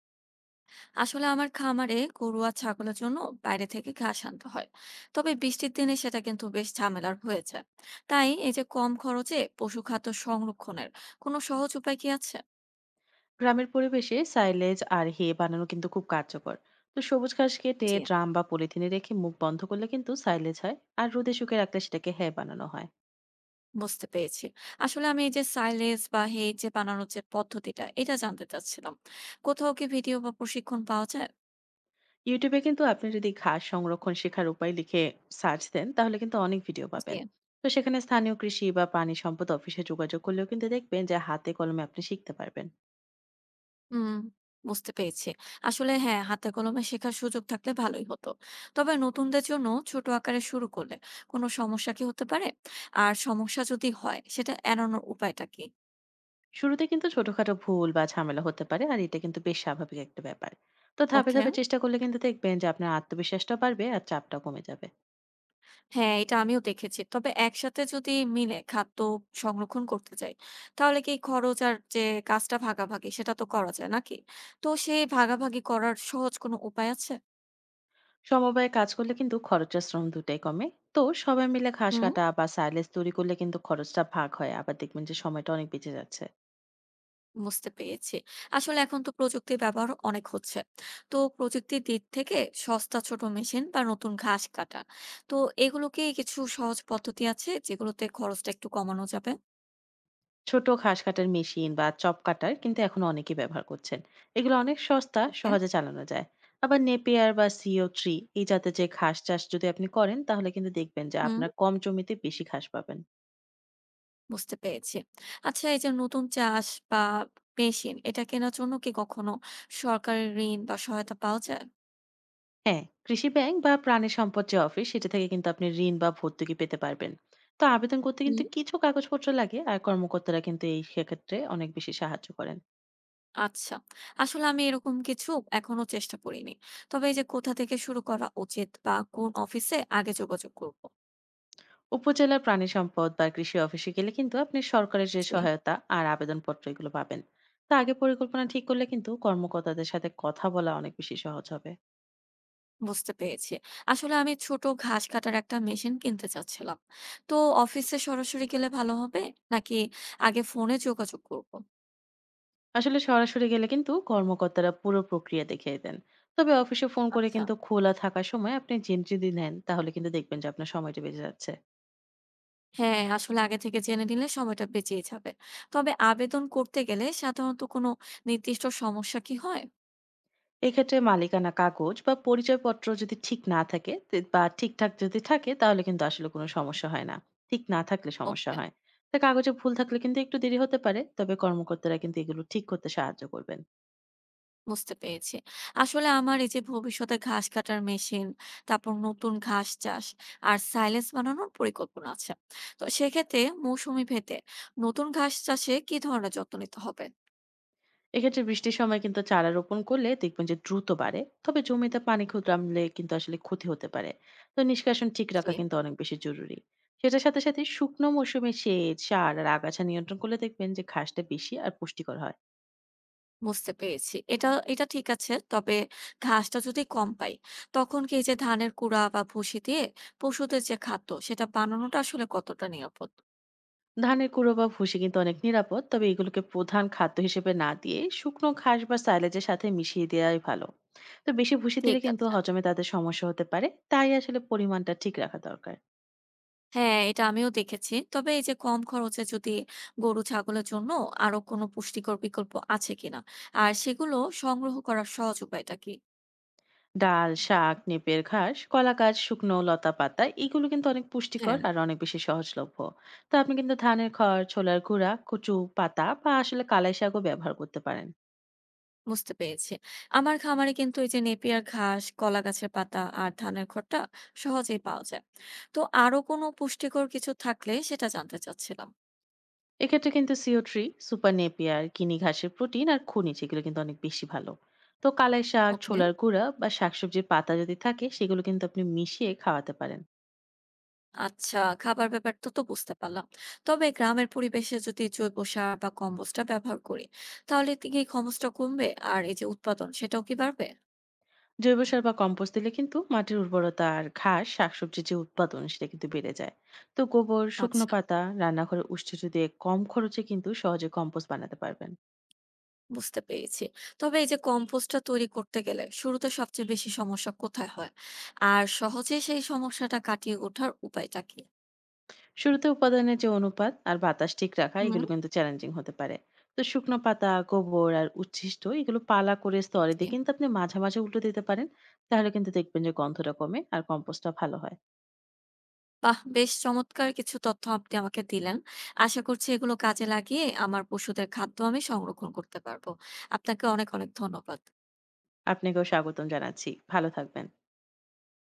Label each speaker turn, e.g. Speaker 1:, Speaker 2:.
Speaker 1: আসলে আমার খামারে গরু আর ছাগলের জন্য বাইরে থেকে ঘাস আনতে হয়। তবে বৃষ্টির দিনে সেটা কিন্তু বেশ ঝামেলার হয়েছে। তাই এই যে কম খরচে পশু খাদ্য সংরক্ষণের কোনো সহজ উপায় কি আছে?
Speaker 2: গ্রামের পরিবেশে সাইলেজ আর হে বানানো কিন্তু খুব কার্যকর। তো সবুজ ঘাস কেটে
Speaker 1: জি,
Speaker 2: ড্রাম বা পলিথিনে রেখে মুখ বন্ধ করলে কিন্তু সাইলেজ হয়, আর রোদে শুকিয়ে রাখলে সেটাকে হ্যাঁ বানানো হয়।
Speaker 1: বুঝতে পেরেছি। আসলে আমি এই যে সাইলেজ বা হেই যে বানানোর যে পদ্ধতিটা এটা জানতে চাচ্ছিলাম। কোথাও কি ভিডিও বা প্রশিক্ষণ পাওয়া যায়?
Speaker 2: ইউটিউবে কিন্তু আপনি যদি ঘাস সংরক্ষণ শেখার উপায় লিখে সার্চ দেন তাহলে কিন্তু অনেক ভিডিও
Speaker 1: জি।
Speaker 2: পাবেন। তো সেখানে স্থানীয় কৃষি বা পানি সম্পদ অফিসে যোগাযোগ করলেও কিন্তু দেখবেন যে হাতে কলমে আপনি শিখতে পারবেন।
Speaker 1: হুম, বুঝতে পেরেছি। আসলে হ্যাঁ, হাতে কলমে শেখার সুযোগ থাকলে ভালোই হতো। তবে নতুনদের জন্য ছোট আকারে শুরু করলে কোনো সমস্যা কি হতে পারে? আর সমস্যা যদি হয়, সেটা এড়ানোর উপায়টা কি?
Speaker 2: শুরুতে কিন্তু ছোটখাটো ভুল বা ঝামেলা হতে পারে, আর এটা কিন্তু বেশ স্বাভাবিক একটা ব্যাপার। তো ধাপে
Speaker 1: ওকে,
Speaker 2: ধাপে চেষ্টা করলে কিন্তু দেখবেন যে আপনার আত্মবিশ্বাসটা বাড়বে আর চাপটা কমে যাবে।
Speaker 1: হ্যাঁ, এটা আমিও দেখেছি। তবে একসাথে যদি মিলে খাদ্য সংরক্ষণ করতে চাই, তাহলে কি খরচ আর যে কাজটা ভাগাভাগি, সেটা তো করা যায় নাকি? তো সেই ভাগাভাগি করার সহজ কোনো উপায় আছে?
Speaker 2: সমবায়ে কাজ করলে কিন্তু খরচ আর শ্রম দুটাই কমে। তো সবাই মিলে ঘাস কাটা বা সাইলেজ তৈরি করলে কিন্তু খরচটা ভাগ হয়, আবার দেখবেন যে সময়টা অনেক বেঁচে যাচ্ছে।
Speaker 1: বুঝতে পেরেছি। আসলে এখন তো প্রযুক্তির ব্যবহার অনেক হচ্ছে। তো প্রযুক্তির দিক থেকে সস্তা ছোট মেশিন বা নতুন ঘাস কাটা। তো এগুলো কি কিছু সহজ পদ্ধতি আছে যেগুলোতে খরচটা একটু কমানো যাবে?
Speaker 2: ছোট ঘাস কাটার মেশিন বা চপ কাটার কিন্তু এখন অনেকেই ব্যবহার করছেন, এগুলো অনেক সস্তা,
Speaker 1: ওকে।
Speaker 2: সহজে চালানো যায়। আবার নেপিয়ার বা সিও থ্রি এই জাতের যে ঘাস চাষ যদি আপনি করেন তাহলে কিন্তু দেখবেন যে
Speaker 1: হুম,
Speaker 2: আপনার কম জমিতে বেশি ঘাস পাবেন।
Speaker 1: বুঝতে পেরেছি। আচ্ছা, এই যে নতুন চাষ বা মেশিন এটা কেনার জন্য কি কখনো সরকারের ঋণ বা সহায়তা পাওয়া যায়?
Speaker 2: হ্যাঁ, কৃষি ব্যাংক বা প্রাণী সম্পদ যে অফিস সেটা থেকে কিন্তু আপনি ঋণ বা ভর্তুকি পেতে পারবেন। তো আবেদন করতে
Speaker 1: হুম,
Speaker 2: কিন্তু কিছু কাগজপত্র লাগে, আর কর্মকর্তারা কিন্তু এই ক্ষেত্রে অনেক বেশি সাহায্য করেন।
Speaker 1: আচ্ছা। আসলে আমি এরকম কিছু এখনো চেষ্টা করিনি। তবে এই যে কোথা থেকে শুরু করা উচিত বা কোন অফিসে আগে যোগাযোগ করব?
Speaker 2: উপজেলার প্রাণী সম্পদ বা কৃষি অফিসে গেলে কিন্তু আপনি সরকারের যে
Speaker 1: জি।
Speaker 2: সহায়তা আর আবেদনপত্র এগুলো পাবেন। তা আগে পরিকল্পনা ঠিক করলে কিন্তু কর্মকর্তাদের সাথে কথা বলা অনেক বেশি সহজ হবে।
Speaker 1: বুঝতে পেরেছি। আসলে আমি ছোট ঘাস কাটার একটা মেশিন কিনতে চাচ্ছিলাম। তো অফিসে সরাসরি গেলে ভালো হবে? নাকি আগে ফোনে যোগাযোগ করব?
Speaker 2: আসলে সরাসরি গেলে কিন্তু কর্মকর্তারা পুরো প্রক্রিয়া দেখিয়ে দেন। তবে অফিসে ফোন করে
Speaker 1: আচ্ছা।
Speaker 2: কিন্তু খোলা থাকার সময় আপনি জেনে যদি নেন তাহলে কিন্তু দেখবেন যে আপনার সময়টা বেঁচে যাচ্ছে।
Speaker 1: হ্যাঁ, আসলে আগে থেকে জেনে নিলে সময়টা বেঁচেই যাবে। তবে আবেদন করতে গেলে সাধারণত কোনো নির্দিষ্ট সমস্যা কি হয়?
Speaker 2: এক্ষেত্রে মালিকানা কাগজ বা পরিচয়পত্র যদি ঠিক না থাকে বা ঠিকঠাক যদি থাকে তাহলে কিন্তু আসলে কোনো সমস্যা হয় না, ঠিক না থাকলে সমস্যা
Speaker 1: ওকে।
Speaker 2: হয়। তা কাগজে ভুল থাকলে কিন্তু একটু দেরি হতে পারে, তবে কর্মকর্তারা কিন্তু এগুলো ঠিক করতে সাহায্য করবেন।
Speaker 1: বুঝতে পেরেছি। আসলে আমার এই যে ভবিষ্যতে ঘাস কাটার মেশিন, তারপর নতুন ঘাস চাষ আর সাইলেজ বানানোর পরিকল্পনা আছে। তো সেক্ষেত্রে মৌসুমি ভেদে নতুন ঘাস চাষে কি ধরনের যত্ন নিতে হবে?
Speaker 2: এক্ষেত্রে বৃষ্টির সময় কিন্তু চারা রোপণ করলে দেখবেন যে দ্রুত বাড়ে, তবে জমিতে পানি ক্ষুদ্রামলে কিন্তু আসলে ক্ষতি হতে পারে। তো নিষ্কাশন ঠিক রাখা
Speaker 1: জি।
Speaker 2: কিন্তু অনেক বেশি জরুরি। সেটার সাথে সাথে শুকনো মৌসুমে সেচ, সার আর আগাছা নিয়ন্ত্রণ করলে দেখবেন যে ঘাসটা বেশি আর পুষ্টিকর হয়।
Speaker 1: বুঝতে পেরেছি। এটা এটা ঠিক আছে। তবে ঘাসটা যদি কম পাই, তখন কি এই যে ধানের কুড়া বা ভুসি দিয়ে পশুদের যে খাদ্য, সেটা বানানোটা আসলে কতটা নিরাপদ?
Speaker 2: ধানের কুড়ো বা ভুসি কিন্তু অনেক নিরাপদ, তবে এগুলোকে প্রধান খাদ্য হিসেবে না দিয়ে শুকনো ঘাস বা সাইলেজের সাথে মিশিয়ে দেওয়াই ভালো। তো বেশি ভুসি দিলে
Speaker 1: ঠিক
Speaker 2: কিন্তু
Speaker 1: আছে।
Speaker 2: হজমে তাদের সমস্যা হতে পারে, তাই আসলে পরিমাণটা ঠিক রাখা দরকার।
Speaker 1: হ্যাঁ, এটা আমিও দেখেছি। তবে এই যে কম খরচে যদি গরু ছাগলের জন্য আরো কোনো পুষ্টিকর বিকল্প আছে কিনা? আর সেগুলো সংগ্রহ করার সহজ উপায়টা কি?
Speaker 2: ডাল শাক, নেপের ঘাস, কলা গাছ, শুকনো লতা পাতা, এগুলো কিন্তু অনেক পুষ্টিকর
Speaker 1: হ্যাঁ,
Speaker 2: আর অনেক বেশি সহজলভ্য। তো আপনি কিন্তু ধানের খড়, ছোলার গুঁড়া, কচু পাতা বা আসলে কালাই শাকও ব্যবহার করতে পারেন।
Speaker 1: বুঝতে পেরেছি। আমার খামারে কিন্তু এই যে নেপিয়ার ঘাস, কলা গাছের পাতা আর ধানের খড়টা সহজেই পাওয়া যায়। তো আরো কোনো পুষ্টিকর কিছু থাকলে সেটা জানতে চাচ্ছিলাম।
Speaker 2: এক্ষেত্রে কিন্তু সিও থ্রি, সুপার নেপিয়ার, কিনি ঘাসের প্রোটিন আর খনিজ এগুলো কিন্তু অনেক বেশি ভালো। তো কালাই শাক,
Speaker 1: ওকে।
Speaker 2: ছোলার গুঁড়া বা শাকসবজির পাতা যদি থাকে সেগুলো কিন্তু আপনি মিশিয়ে খাওয়াতে পারেন।
Speaker 1: আচ্ছা, খাবার ব্যাপারটা তো বুঝতে পারলাম। তবে গ্রামের পরিবেশে যদি জৈব সার বা কম্পোস্টটা ব্যবহার করি, তাহলে কি এই খরচটা কমবে আর এই যে উৎপাদন সেটাও কি বাড়বে?
Speaker 2: জৈব সার বা কম্পোস্ট দিলে কিন্তু মাটির উর্বরতা আর ঘাস, শাকসবজির যে উৎপাদন সেটা কিন্তু বেড়ে যায়। তো গোবর, শুকনো
Speaker 1: আচ্ছা,
Speaker 2: পাতা, রান্নাঘরে উষ্ঠিত দিয়ে কম খরচে কিন্তু সহজে কম্পোস্ট বানাতে পারবেন।
Speaker 1: বুঝতে পেরেছি। তবে এই যে কম্পোস্টটা তৈরি করতে গেলে শুরুতে সবচেয়ে বেশি সমস্যা কোথায় হয় আর সহজে সেই সমস্যাটা কাটিয়ে ওঠার উপায়টা কি?
Speaker 2: শুরুতে উপাদানের যে অনুপাত আর বাতাস ঠিক রাখা
Speaker 1: হুম।
Speaker 2: এগুলো কিন্তু চ্যালেঞ্জিং হতে পারে। তো শুকনো পাতা, গোবর আর উচ্ছিষ্ট এগুলো পালা করে স্তরে
Speaker 1: জি।
Speaker 2: দিয়ে কিন্তু আপনি মাঝে মাঝে উল্টো দিতে পারেন। তাহলে কিন্তু দেখবেন যে গন্ধটা কমে আর কম্পোস্টটা ভালো হয়।
Speaker 1: বাহ, বেশ চমৎকার কিছু তথ্য আপনি আমাকে দিলেন। আশা করছি এগুলো কাজে লাগিয়ে আমার পশুদের খাদ্য আমি সংরক্ষণ করতে পারবো। আপনাকে অনেক অনেক ধন্যবাদ।
Speaker 2: আপনাকেও স্বাগতম জানাচ্ছি, ভালো থাকবেন।